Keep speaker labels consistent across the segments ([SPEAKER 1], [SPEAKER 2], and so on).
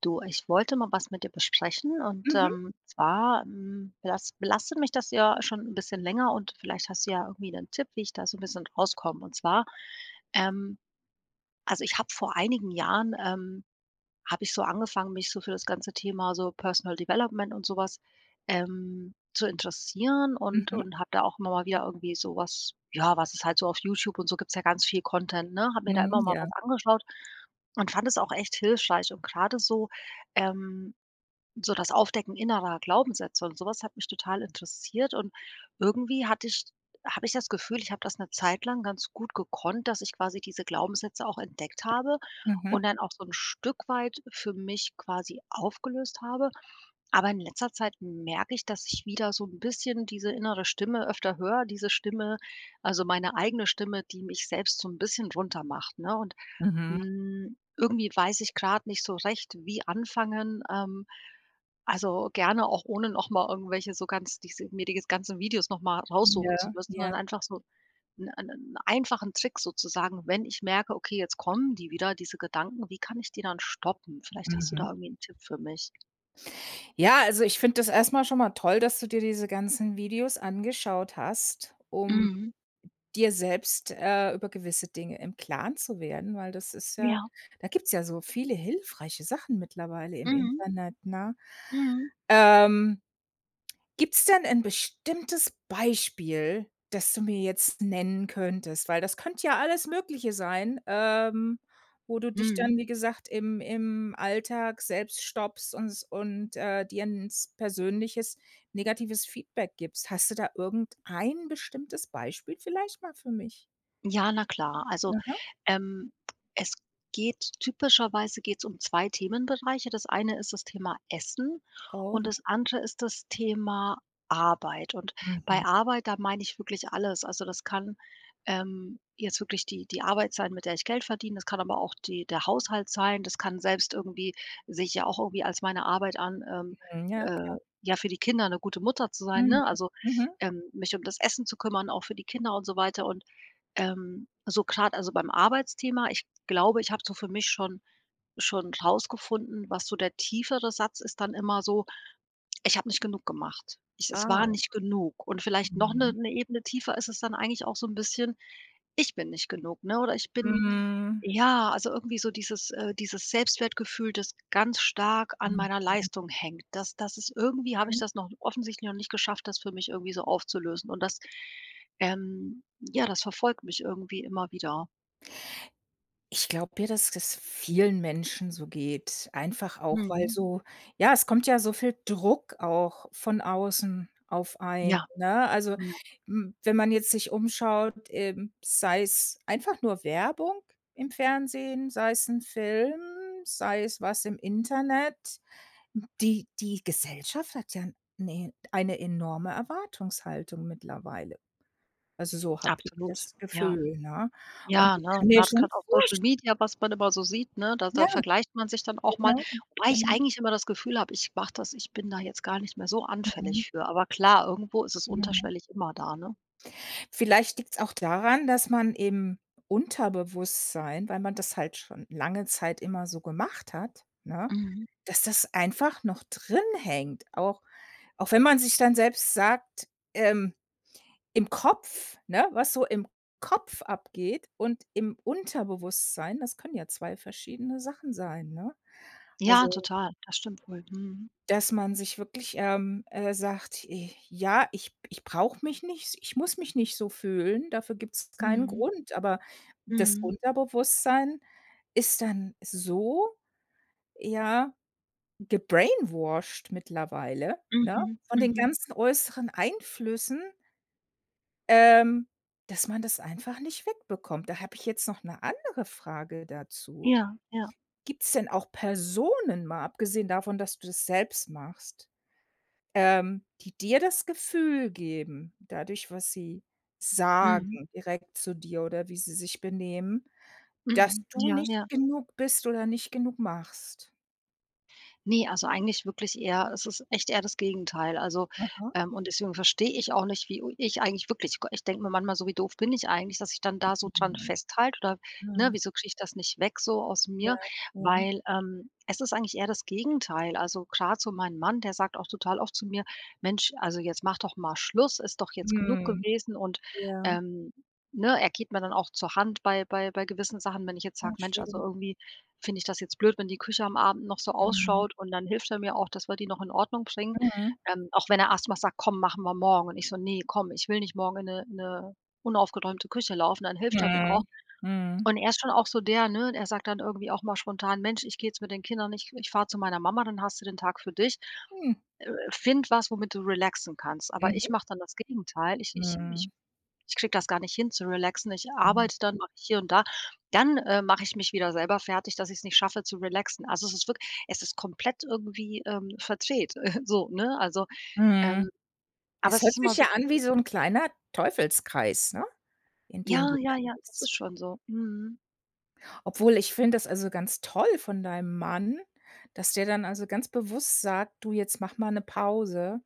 [SPEAKER 1] Du, ich wollte mal was mit dir besprechen und
[SPEAKER 2] Mhm,
[SPEAKER 1] zwar, belastet mich das ja schon ein bisschen länger und vielleicht hast du ja irgendwie 'nen Tipp, wie ich da so ein bisschen rauskomme. Und zwar, ähm also, ich habe vor einigen Jahren, habe ich so angefangen, mich so für das ganze Thema so Personal Development und sowas zu interessieren und
[SPEAKER 2] mhm,
[SPEAKER 1] und habe da auch immer mal wieder irgendwie so was ja, was es halt so auf YouTube und so gibt's ja ganz viel Content, ne? Habe mir da
[SPEAKER 2] mhm,
[SPEAKER 1] immer mal
[SPEAKER 2] ja,
[SPEAKER 1] was angeschaut und fand es auch echt hilfreich. Und gerade so, ähm so das Aufdecken innerer Glaubenssätze und sowas hat mich total interessiert und irgendwie hatte ich habe ich das Gefühl, ich habe das eine Zeit lang ganz gut gekonnt, dass ich quasi diese Glaubenssätze auch entdeckt habe
[SPEAKER 2] mhm,
[SPEAKER 1] und dann auch so 'n Stück weit für mich quasi aufgelöst habe. Aber in letzter Zeit merke ich, dass ich wieder so 'n bisschen diese innere Stimme öfter höre, diese Stimme also meine eigene Stimme, die mich selbst so 'n bisschen runtermacht, ne? Und
[SPEAKER 2] mhm,
[SPEAKER 1] irgendwie weiß ich gerade nicht so recht, wie anfangen. Also, gerne auch ohne noch mal irgendwelche so ganz diese mir die ganzen Videos noch mal
[SPEAKER 2] ja,
[SPEAKER 1] raussuchen zu müssen,
[SPEAKER 2] ja,
[SPEAKER 1] sondern einfach so einen 'n einfachen Trick sozusagen, wenn ich merke: „Okay, jetzt kommen die wieder, diese Gedanken, wie kann ich die dann stoppen?" Vielleicht hast du
[SPEAKER 2] mhm.
[SPEAKER 1] da irgendwie einen Tipp für mich.
[SPEAKER 2] Ja, also ich finde das erstmal schon mal toll, dass du dir diese ganzen Videos angeschaut hast, um
[SPEAKER 1] Mhm.
[SPEAKER 2] dir selbst, über gewisse Dinge im Klaren zu werden, weil das ist ja
[SPEAKER 1] Ja.
[SPEAKER 2] da gibt's ja so viele hilfreiche Sachen mittlerweile im
[SPEAKER 1] Mhm.
[SPEAKER 2] Internet, ne?
[SPEAKER 1] Mhm.
[SPEAKER 2] Ähm Gibt's denn ein bestimmtes Beispiel, das du mir jetzt nennen könntest? Weil das könnte ja alles Mögliche sein, wo du dich dann,
[SPEAKER 1] Mhm.
[SPEAKER 2] wie gesagt, im Alltag selbst stoppst und s und, dir 'n s persönliches negatives Feedback gibst. Hast du da irgendein bestimmtes Beispiel vielleicht mal für mich?
[SPEAKER 1] Ja, na klar. Also,
[SPEAKER 2] Aha.
[SPEAKER 1] ähm, es geht typischerweise geht's um 2 Themenbereiche. Das eine ist das Thema Essen
[SPEAKER 2] Oh,
[SPEAKER 1] und das andere ist das Thema Arbeit. Und
[SPEAKER 2] mhm,
[SPEAKER 1] bei Arbeit, da meine ich wirklich alles. Also, das kann, jetzt wirklich die Arbeit sein, mit der ich Geld verdiene. Das kann aber auch die der Haushalt sein. Das kann selbst irgendwie sehe ich ja auch irgendwie als meine Arbeit an,
[SPEAKER 2] mhm, ja
[SPEAKER 1] äh,
[SPEAKER 2] klar.
[SPEAKER 1] ja, für die Kinder eine gute Mutter zu sein,
[SPEAKER 2] Mhm,
[SPEAKER 1] ne? Also,
[SPEAKER 2] mhm.
[SPEAKER 1] mich um das Essen zu kümmern, auch für die Kinder und so weiter. Und so grad also beim Arbeitsthema, ich glaube, ich habe so für mich schon rausgefunden, was so der tiefere Satz ist dann immer so: „Ich habe nicht genug gemacht. Ich es
[SPEAKER 2] Ah.
[SPEAKER 1] war nicht genug." Und vielleicht noch 'ne
[SPEAKER 2] Mhm.
[SPEAKER 1] 'ne Ebene tiefer ist es dann eigentlich auch so 'n bisschen: „Ich bin nicht genug", ne? Oder „Ich bin
[SPEAKER 2] Mhm.
[SPEAKER 1] ja, also irgendwie so dieses Selbstwertgefühl, das ganz stark an meiner Leistung hängt. Das ist irgendwie habe ich
[SPEAKER 2] Mhm.
[SPEAKER 1] das noch offensichtlich noch nicht geschafft, das für mich irgendwie so aufzulösen. Und das, ja, das verfolgt mich irgendwie immer wieder.
[SPEAKER 2] Ich glaube ja, dass es vielen Menschen so geht. Einfach auch, weil
[SPEAKER 1] Mhm.
[SPEAKER 2] so ja, es kommt ja so viel Druck auch von außen auf einen,
[SPEAKER 1] Ja,
[SPEAKER 2] ne? Also,
[SPEAKER 1] ja,
[SPEAKER 2] wenn man jetzt sich umschaut, sei es einfach nur Werbung im Fernsehen, sei es ein Film, sei es was im Internet. Die Gesellschaft hat ja 'ne eine enorme Erwartungshaltung mittlerweile. Also, so habe ich
[SPEAKER 1] absolut.
[SPEAKER 2] das
[SPEAKER 1] Ja.
[SPEAKER 2] Gefühl, ne? Und
[SPEAKER 1] Ja,
[SPEAKER 2] ich
[SPEAKER 1] ne,
[SPEAKER 2] kann
[SPEAKER 1] und
[SPEAKER 2] mir
[SPEAKER 1] gerade
[SPEAKER 2] schon
[SPEAKER 1] grad auf Social
[SPEAKER 2] vorstellen.
[SPEAKER 1] Media, was man immer so sieht, ne, da vergleicht man sich dann auch mal.
[SPEAKER 2] Genau,
[SPEAKER 1] Wobei ich
[SPEAKER 2] genau.
[SPEAKER 1] eigentlich immer das Gefühl habe, ich mache das ich bin da jetzt gar nicht mehr so
[SPEAKER 2] Mhm,
[SPEAKER 1] anfällig für. Aber klar, irgendwo ist es
[SPEAKER 2] mhm.
[SPEAKER 1] unterschwellig immer da, ne?
[SPEAKER 2] Vielleicht liegt's auch daran, dass man im Unterbewusstsein, weil man das halt schon lange Zeit immer so gemacht hat, ne,
[SPEAKER 1] Mhm.
[SPEAKER 2] dass das einfach noch drin hängt. Auch wenn man sich dann selbst sagt, im Kopf, ne, was so im Kopf abgeht und im Unterbewusstsein, das können ja 2 verschiedene Sachen sein, ne?
[SPEAKER 1] Ja,
[SPEAKER 2] Also,
[SPEAKER 1] total. Das stimmt wohl. Mhm.
[SPEAKER 2] dass man sich wirklich, sagt: Ja, ich brauche mich nicht, ich muss mich nicht so fühlen, dafür gibt es keinen
[SPEAKER 1] Mhm.
[SPEAKER 2] Grund." Aber das
[SPEAKER 1] Mhm.
[SPEAKER 2] Unterbewusstsein ist dann so, ja, gebrainwashed mittlerweile, ne,
[SPEAKER 1] Mhm.
[SPEAKER 2] von den
[SPEAKER 1] Mhm.
[SPEAKER 2] ganzen äußeren Einflüssen, ähm, dass man das einfach nicht wegbekommt. Da habe ich jetzt noch eine andere Frage dazu.
[SPEAKER 1] Ja, ja.
[SPEAKER 2] Gibt es denn auch Personen, mal abgesehen davon, dass du das selbst machst? Die dir das Gefühl geben, dadurch, was sie sagen,
[SPEAKER 1] Mhm.
[SPEAKER 2] direkt zu dir oder wie sie sich benehmen, dass
[SPEAKER 1] Mhm.
[SPEAKER 2] du
[SPEAKER 1] Ja,
[SPEAKER 2] nicht
[SPEAKER 1] ja.
[SPEAKER 2] genug bist oder nicht genug machst.
[SPEAKER 1] Ne, also eigentlich wirklich eher es ist echt eher das Gegenteil. Also,
[SPEAKER 2] Aha.
[SPEAKER 1] und deswegen verstehe ich auch nicht, wie ich eigentlich wirklich ich denke mir manchmal so: „Wie doof bin ich eigentlich, dass ich dann da so dran
[SPEAKER 2] Mhm.
[SPEAKER 1] festhalte oder, ne,
[SPEAKER 2] Mhm.
[SPEAKER 1] wieso kriege ich das nicht weg so aus
[SPEAKER 2] Ja,
[SPEAKER 1] mir?"
[SPEAKER 2] ja.
[SPEAKER 1] Weil, es ist eigentlich eher das Gegenteil. Also, gerade so mein Mann, der sagt auch total oft zu mir: „Mensch, also jetzt mach doch mal Schluss, ist doch jetzt genug
[SPEAKER 2] Mhm.
[SPEAKER 1] gewesen." Und,
[SPEAKER 2] Ja.
[SPEAKER 1] ähm, ne, er geht mir dann auch zur Hand bei gewissen Sachen, wenn ich jetzt
[SPEAKER 2] Ja,
[SPEAKER 1] sage: „Mensch, also
[SPEAKER 2] schön.
[SPEAKER 1] irgendwie finde ich das jetzt blöd, wenn die Küche am Abend noch so
[SPEAKER 2] Mhm.
[SPEAKER 1] ausschaut und dann hilft er mir auch, dass wir die noch in Ordnung bringen.
[SPEAKER 2] Mhm.
[SPEAKER 1] Auch wenn er erst mal sagt: „Komm, machen wir morgen." Und ich so: „Ne, komm, ich will nicht morgen in 'ne unaufgeräumte Küche laufen." Dann hilft er mir auch.
[SPEAKER 2] Mhm. Mhm.
[SPEAKER 1] Und er ist schon auch so der, ne, er sagt dann irgendwie auch mal spontan: „Mensch, ich gehe jetzt mit den Kindern, ich fahre zu meiner Mama, dann hast du den Tag für dich.
[SPEAKER 2] Hm.
[SPEAKER 1] Finde was, womit du relaxen kannst." Aber ich
[SPEAKER 2] Mhm.
[SPEAKER 1] mache dann das Gegenteil. Ich ich
[SPEAKER 2] Mhm.
[SPEAKER 1] ich ich kriege das gar nicht hin zu relaxen. Ich
[SPEAKER 2] Mhm.
[SPEAKER 1] arbeite dann, mache ich hier und da. Dann, mache ich mich wieder selber fertig, dass ich es nicht schaffe zu relaxen. Also, es ist wirklich, es ist komplett irgendwie, verdreht, so, ne? Also,
[SPEAKER 2] Mhm.
[SPEAKER 1] ähm, aber
[SPEAKER 2] Es
[SPEAKER 1] es
[SPEAKER 2] hört
[SPEAKER 1] ist immer
[SPEAKER 2] sich
[SPEAKER 1] so
[SPEAKER 2] ja an
[SPEAKER 1] diese
[SPEAKER 2] wie so 'n kleiner Teufelskreis, ne, in den
[SPEAKER 1] ja,
[SPEAKER 2] du da
[SPEAKER 1] ja, ja, das ist
[SPEAKER 2] bist.
[SPEAKER 1] schon so. Mhm,
[SPEAKER 2] Obwohl, ich finde das also ganz toll von deinem Mann, dass der dann also ganz bewusst sagt: „Du, jetzt mach mal 'ne Pause",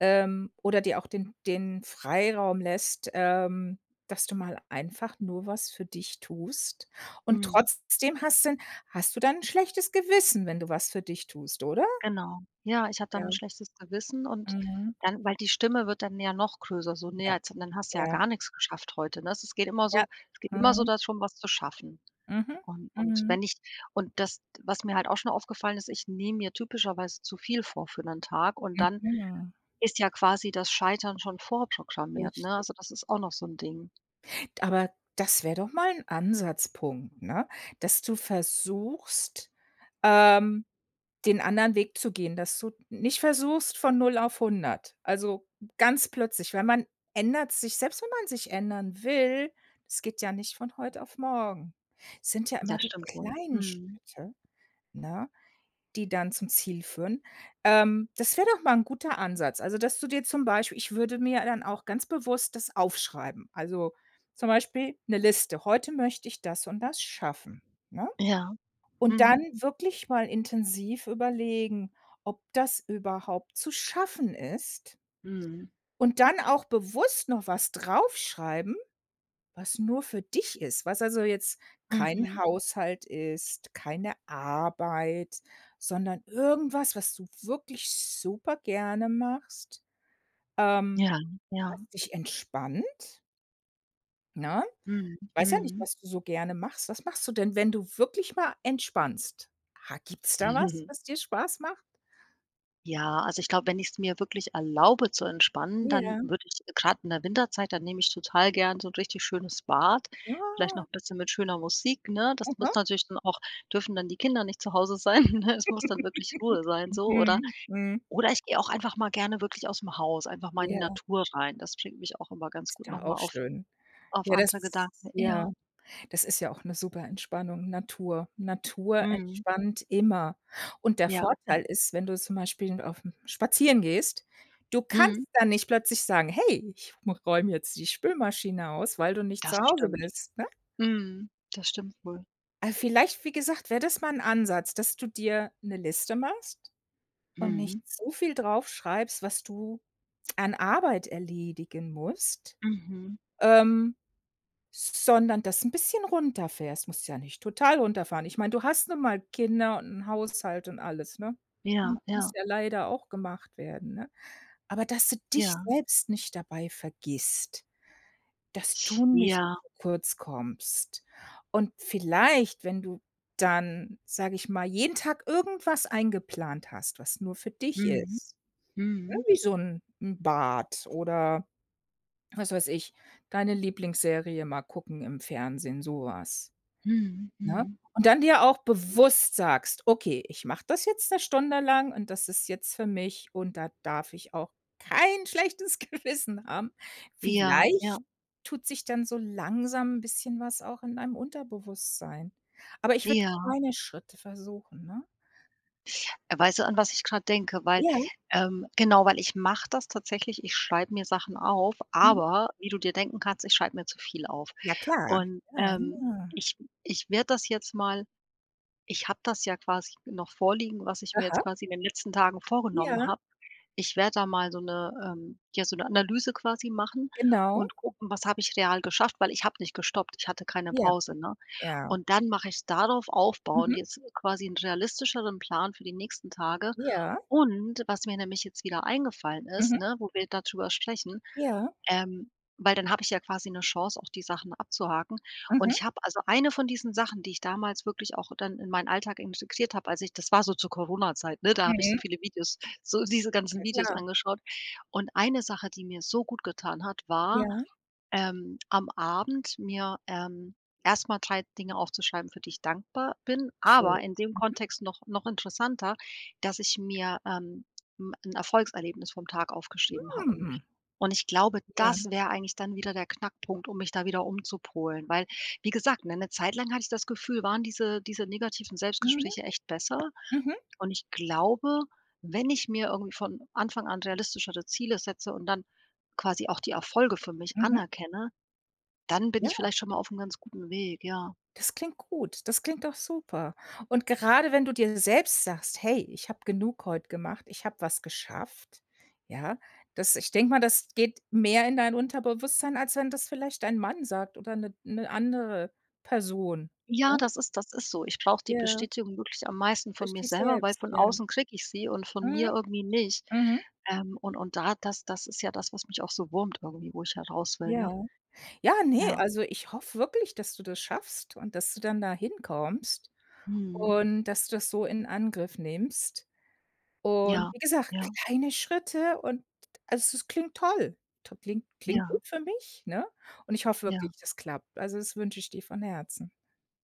[SPEAKER 2] oder dir auch den Freiraum lässt, dass du mal einfach nur was für dich tust. Und
[SPEAKER 1] mhm,
[SPEAKER 2] trotzdem hast du dann 'n schlechtes Gewissen, wenn du was für dich tust, oder?
[SPEAKER 1] genau. Ja, ich habe dann
[SPEAKER 2] Ja.
[SPEAKER 1] ein schlechtes Gewissen und
[SPEAKER 2] Mhm.
[SPEAKER 1] dann weil die Stimme wird dann ja noch größer, so: „Ne,
[SPEAKER 2] Ja,
[SPEAKER 1] jetzt dann hast du ja
[SPEAKER 2] ja,
[SPEAKER 1] gar nichts geschafft heute", ne? Es geht immer
[SPEAKER 2] ja.
[SPEAKER 1] so es geht immer so
[SPEAKER 2] Mhm.
[SPEAKER 1] darum, was zu schaffen.
[SPEAKER 2] Mhm.
[SPEAKER 1] Und
[SPEAKER 2] Mhm.
[SPEAKER 1] wenn ich und das was mir halt auch schon aufgefallen ist, ich nehme mir typischerweise zu viel vor für einen Tag und dann
[SPEAKER 2] Mhm.
[SPEAKER 1] ist ja quasi das Scheitern schon vorprogrammiert, ne?
[SPEAKER 2] Richtig.
[SPEAKER 1] Also, das ist auch noch so ein Ding.
[SPEAKER 2] Aber das wäre doch mal ein Ansatzpunkt, ne, dass du versuchst, ähm, den anderen Weg zu gehen, dass du nicht versuchst von null auf hundert, also ganz plötzlich, weil man ändert sich, selbst wenn man sich ändern will, das geht ja nicht von heute auf morgen. Es sind ja immer
[SPEAKER 1] Das
[SPEAKER 2] die
[SPEAKER 1] stimmt wohl.
[SPEAKER 2] kleinen
[SPEAKER 1] Mhm.
[SPEAKER 2] Schritte, ne, die dann zum Ziel führen. Das wäre doch mal 'n guter Ansatz. Also, dass du dir zum Beispiel, ich würde mir dann auch ganz bewusst das aufschreiben. Also, zum Beispiel 'ne Liste: „Heute möchte ich das und das schaffen", ne?
[SPEAKER 1] Ja.
[SPEAKER 2] Und
[SPEAKER 1] Mhm.
[SPEAKER 2] dann wirklich mal intensiv überlegen, ob das überhaupt zu schaffen ist,
[SPEAKER 1] Mhm.
[SPEAKER 2] und dann auch bewusst noch was draufschreiben, was nur für dich ist, was also jetzt kein
[SPEAKER 1] Mhm.
[SPEAKER 2] Haushalt ist, keine Arbeit, sondern irgendwas, was du wirklich super gerne machst, ähm,
[SPEAKER 1] Ja,
[SPEAKER 2] was
[SPEAKER 1] ja.
[SPEAKER 2] dich entspannt, ne?
[SPEAKER 1] Mhm.
[SPEAKER 2] Ich weiß ja nicht,
[SPEAKER 1] Mhm.
[SPEAKER 2] was du so gerne machst. Was machst du denn, wenn du wirklich mal entspannst? Ha, gibt's da was, was dir Spaß macht?
[SPEAKER 1] Ja, also ich glaube, wenn ich es mir wirklich erlaube zu entspannen, dann
[SPEAKER 2] Ja.
[SPEAKER 1] würde ich gerade in der Winterzeit dann nehme ich total gern so ein richtig schönes Bad, vielleicht
[SPEAKER 2] Ah,
[SPEAKER 1] noch ein bisschen mit schöner Musik, ne? Das muss
[SPEAKER 2] aha.
[SPEAKER 1] natürlich dann auch dürfen dann die Kinder nicht zu Hause sein, ne? Es muss dann wirklich Ruhe sein so, oder
[SPEAKER 2] Mhm, mhm.
[SPEAKER 1] ich gehe auch einfach mal gerne wirklich aus dem Haus, einfach mal in die
[SPEAKER 2] Ja,
[SPEAKER 1] Natur rein. Das bringt mich auch immer ganz
[SPEAKER 2] ist
[SPEAKER 1] gut noch
[SPEAKER 2] doch auch
[SPEAKER 1] mal auf
[SPEAKER 2] schön.
[SPEAKER 1] andere Gedanken.
[SPEAKER 2] Ja.
[SPEAKER 1] Ja.
[SPEAKER 2] Das ist ja auch 'ne super Entspannung, Natur. Natur
[SPEAKER 1] Mhm.
[SPEAKER 2] entspannt immer. Und der
[SPEAKER 1] Ja, ja.
[SPEAKER 2] Vorteil ist, wenn du zum Beispiel aufm spazieren gehst, du
[SPEAKER 1] Mhm.
[SPEAKER 2] kannst dann nicht plötzlich sagen: „Hey, ich m räume jetzt die Spülmaschine aus", weil du nicht
[SPEAKER 1] Das
[SPEAKER 2] zu Hause
[SPEAKER 1] stimmt.
[SPEAKER 2] bist, ne?
[SPEAKER 1] Mhm. Das stimmt wohl.
[SPEAKER 2] Vielleicht, wie gesagt, wäre das mal 'n Ansatz, dass du dir 'ne Liste machst und nicht
[SPEAKER 1] Mhm.
[SPEAKER 2] so viel draufschreibst, was du an Arbeit erledigen musst.
[SPEAKER 1] Mhm.
[SPEAKER 2] Ähm Sondern das ein bisschen runterfährst. Musst ja nicht total runterfahren. Ich meine, du hast nun mal Kinder und 'n Haushalt und alles, ne? Mhm.
[SPEAKER 1] Ja,
[SPEAKER 2] Muss
[SPEAKER 1] ja,
[SPEAKER 2] ja leider auch gemacht werden, ne? Aber dass du dich
[SPEAKER 1] ja.
[SPEAKER 2] selbst nicht dabei vergisst, dass du nicht
[SPEAKER 1] Ja.
[SPEAKER 2] zu kurz kommst. Und vielleicht, wenn du dann, sage ich mal, jeden Tag irgendwas eingeplant hast, was nur für dich
[SPEAKER 1] Mhm.
[SPEAKER 2] ist, ne,
[SPEAKER 1] Mhm.
[SPEAKER 2] wie so 'n Bad oder was weiß ich, deine Lieblingsserie mal gucken im Fernsehen, sowas,
[SPEAKER 1] Mhm.
[SPEAKER 2] ne?
[SPEAKER 1] Mhm.
[SPEAKER 2] Und dann dir auch bewusst sagst: „Okay, ich mache das jetzt eine Stunde lang und das ist jetzt für mich und da darf ich auch kein schlechtes Gewissen haben."
[SPEAKER 1] Ja,
[SPEAKER 2] Vielleicht
[SPEAKER 1] ja,
[SPEAKER 2] tut sich dann so langsam ein bisschen was auch in deinem Unterbewusstsein. Aber ich würde
[SPEAKER 1] ja.
[SPEAKER 2] kleine Schritte versuchen, ne?
[SPEAKER 1] Weißt du, an was ich grad denke? Weil
[SPEAKER 2] Ja,
[SPEAKER 1] genau, weil ich mache das tatsächlich, ich schreibe mir Sachen auf,
[SPEAKER 2] mhm.
[SPEAKER 1] aber wie du dir denken kannst, ich schreibe mir zu viel auf.
[SPEAKER 2] Ja klar.
[SPEAKER 1] Und,
[SPEAKER 2] Ja, ja.
[SPEAKER 1] ich ich werde das jetzt mal ich habe das ja quasi noch vorliegen, was ich mir jetzt
[SPEAKER 2] Aha.
[SPEAKER 1] quasi in den letzten Tagen
[SPEAKER 2] Ja,
[SPEAKER 1] vorgenommen habe. Ich werde da mal so eine ja, so eine Analyse quasi machen
[SPEAKER 2] genau.
[SPEAKER 1] und gucken, was habe ich real geschafft, weil ich habe nicht gestoppt. Ich hatte keine
[SPEAKER 2] Ja,
[SPEAKER 1] Pause, ne?
[SPEAKER 2] ja.
[SPEAKER 1] Und dann mache ich darauf aufbauend
[SPEAKER 2] Mhm.
[SPEAKER 1] jetzt quasi einen realistischeren Plan für die nächsten Tage.
[SPEAKER 2] Ja.
[SPEAKER 1] Und was mir nämlich jetzt wieder eingefallen ist,
[SPEAKER 2] Mhm.
[SPEAKER 1] ne, wo wir da drüber sprechen,
[SPEAKER 2] Ja.
[SPEAKER 1] ähm, weil dann habe ich ja quasi 'ne Chance, auch die Sachen abzuhaken. Und
[SPEAKER 2] Mhm.
[SPEAKER 1] ich habe also eine von diesen Sachen, die ich damals wirklich auch dann in meinen Alltag integriert habe, als ich das war so zur Corona-Zeit, ne? Da habe ich so
[SPEAKER 2] Mhm.
[SPEAKER 1] viele Videos so diese
[SPEAKER 2] Ja
[SPEAKER 1] ganzen Videos
[SPEAKER 2] klar.
[SPEAKER 1] angeschaut. Und eine Sache, die mir so gut getan hat, war
[SPEAKER 2] Ja.
[SPEAKER 1] am Abend mir, erst mal Dinge aufzuschreiben, für die ich dankbar bin, aber
[SPEAKER 2] Schön.
[SPEAKER 1] in dem Kontext noch interessanter, dass ich mir, 'n Erfolgserlebnis vom Tag aufgeschrieben habe.
[SPEAKER 2] Mhm.
[SPEAKER 1] Und ich glaube,
[SPEAKER 2] Ja.
[SPEAKER 1] das wäre eigentlich dann wieder der Knackpunkt, um mich da wieder umzupolen, weil, wie gesagt, ne, 'ne Zeit lang hatte ich das Gefühl, waren diese negativen
[SPEAKER 2] Mhm.
[SPEAKER 1] Selbstgespräche echt besser.
[SPEAKER 2] Mhm.
[SPEAKER 1] Und ich glaube, wenn ich mir irgendwie von Anfang an realistischere Ziele setze und dann quasi auch die Erfolge für mich
[SPEAKER 2] Mhm.
[SPEAKER 1] anerkenne, dann bin
[SPEAKER 2] Ja,
[SPEAKER 1] ich vielleicht schon mal auf'm ganz guten Weg, ja.
[SPEAKER 2] das klingt gut. Das klingt doch super. Und gerade wenn du dir selbst sagst: „Hey, ich habe genug heute gemacht. Ich habe was geschafft." Ja, das, ich denke mal, das geht mehr in dein Unterbewusstsein, als wenn das vielleicht dein Mann sagt oder 'ne andere Person,
[SPEAKER 1] Ja,
[SPEAKER 2] ne?
[SPEAKER 1] das ist so. Ich brauche die
[SPEAKER 2] Ja,
[SPEAKER 1] Bestätigung wirklich am meisten von
[SPEAKER 2] durch
[SPEAKER 1] mir
[SPEAKER 2] dich
[SPEAKER 1] selber, weil
[SPEAKER 2] selbst,
[SPEAKER 1] von
[SPEAKER 2] ja.
[SPEAKER 1] außen kriege ich sie und von
[SPEAKER 2] Mhm.
[SPEAKER 1] mir irgendwie nicht.
[SPEAKER 2] Mhm.
[SPEAKER 1] Und da das ist ja das, was mich auch so wurmt irgendwie, wo ich ja raus will, ne?
[SPEAKER 2] Ja. Ja, ne,
[SPEAKER 1] Ja.
[SPEAKER 2] also ich hoffe wirklich, dass du das schaffst und dass du dann da hinkommst
[SPEAKER 1] Mhm.
[SPEAKER 2] und dass du das so in Angriff nimmst. Und
[SPEAKER 1] Ja.
[SPEAKER 2] wie gesagt,
[SPEAKER 1] Ja.
[SPEAKER 2] kleine Schritte und also es klingt toll. To klingt klingt
[SPEAKER 1] Ja.
[SPEAKER 2] gut für mich, ne? Und ich hoffe wirklich,
[SPEAKER 1] Ja.
[SPEAKER 2] das klappt. Also, das wünsche ich dir von Herzen.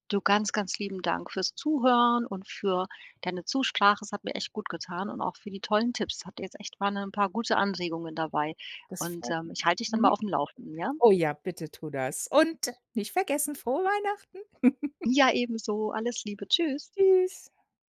[SPEAKER 1] Du, ganz, ganz lieben Dank fürs Zuhören und für deine Zusprache. Es hat mir echt gut getan und auch für die tollen Tipps. Hat jetzt echt waren ein paar gute Anregungen dabei
[SPEAKER 2] Das
[SPEAKER 1] und,
[SPEAKER 2] freut
[SPEAKER 1] ich
[SPEAKER 2] mich.
[SPEAKER 1] halte dich dann mal
[SPEAKER 2] Mhm.
[SPEAKER 1] auf dem Laufenden, ja?
[SPEAKER 2] Oh ja, bitte tu das. Und nicht vergessen, frohe Weihnachten.
[SPEAKER 1] Ja, ebenso. Alles Liebe. Tschüss.
[SPEAKER 2] Tschüss.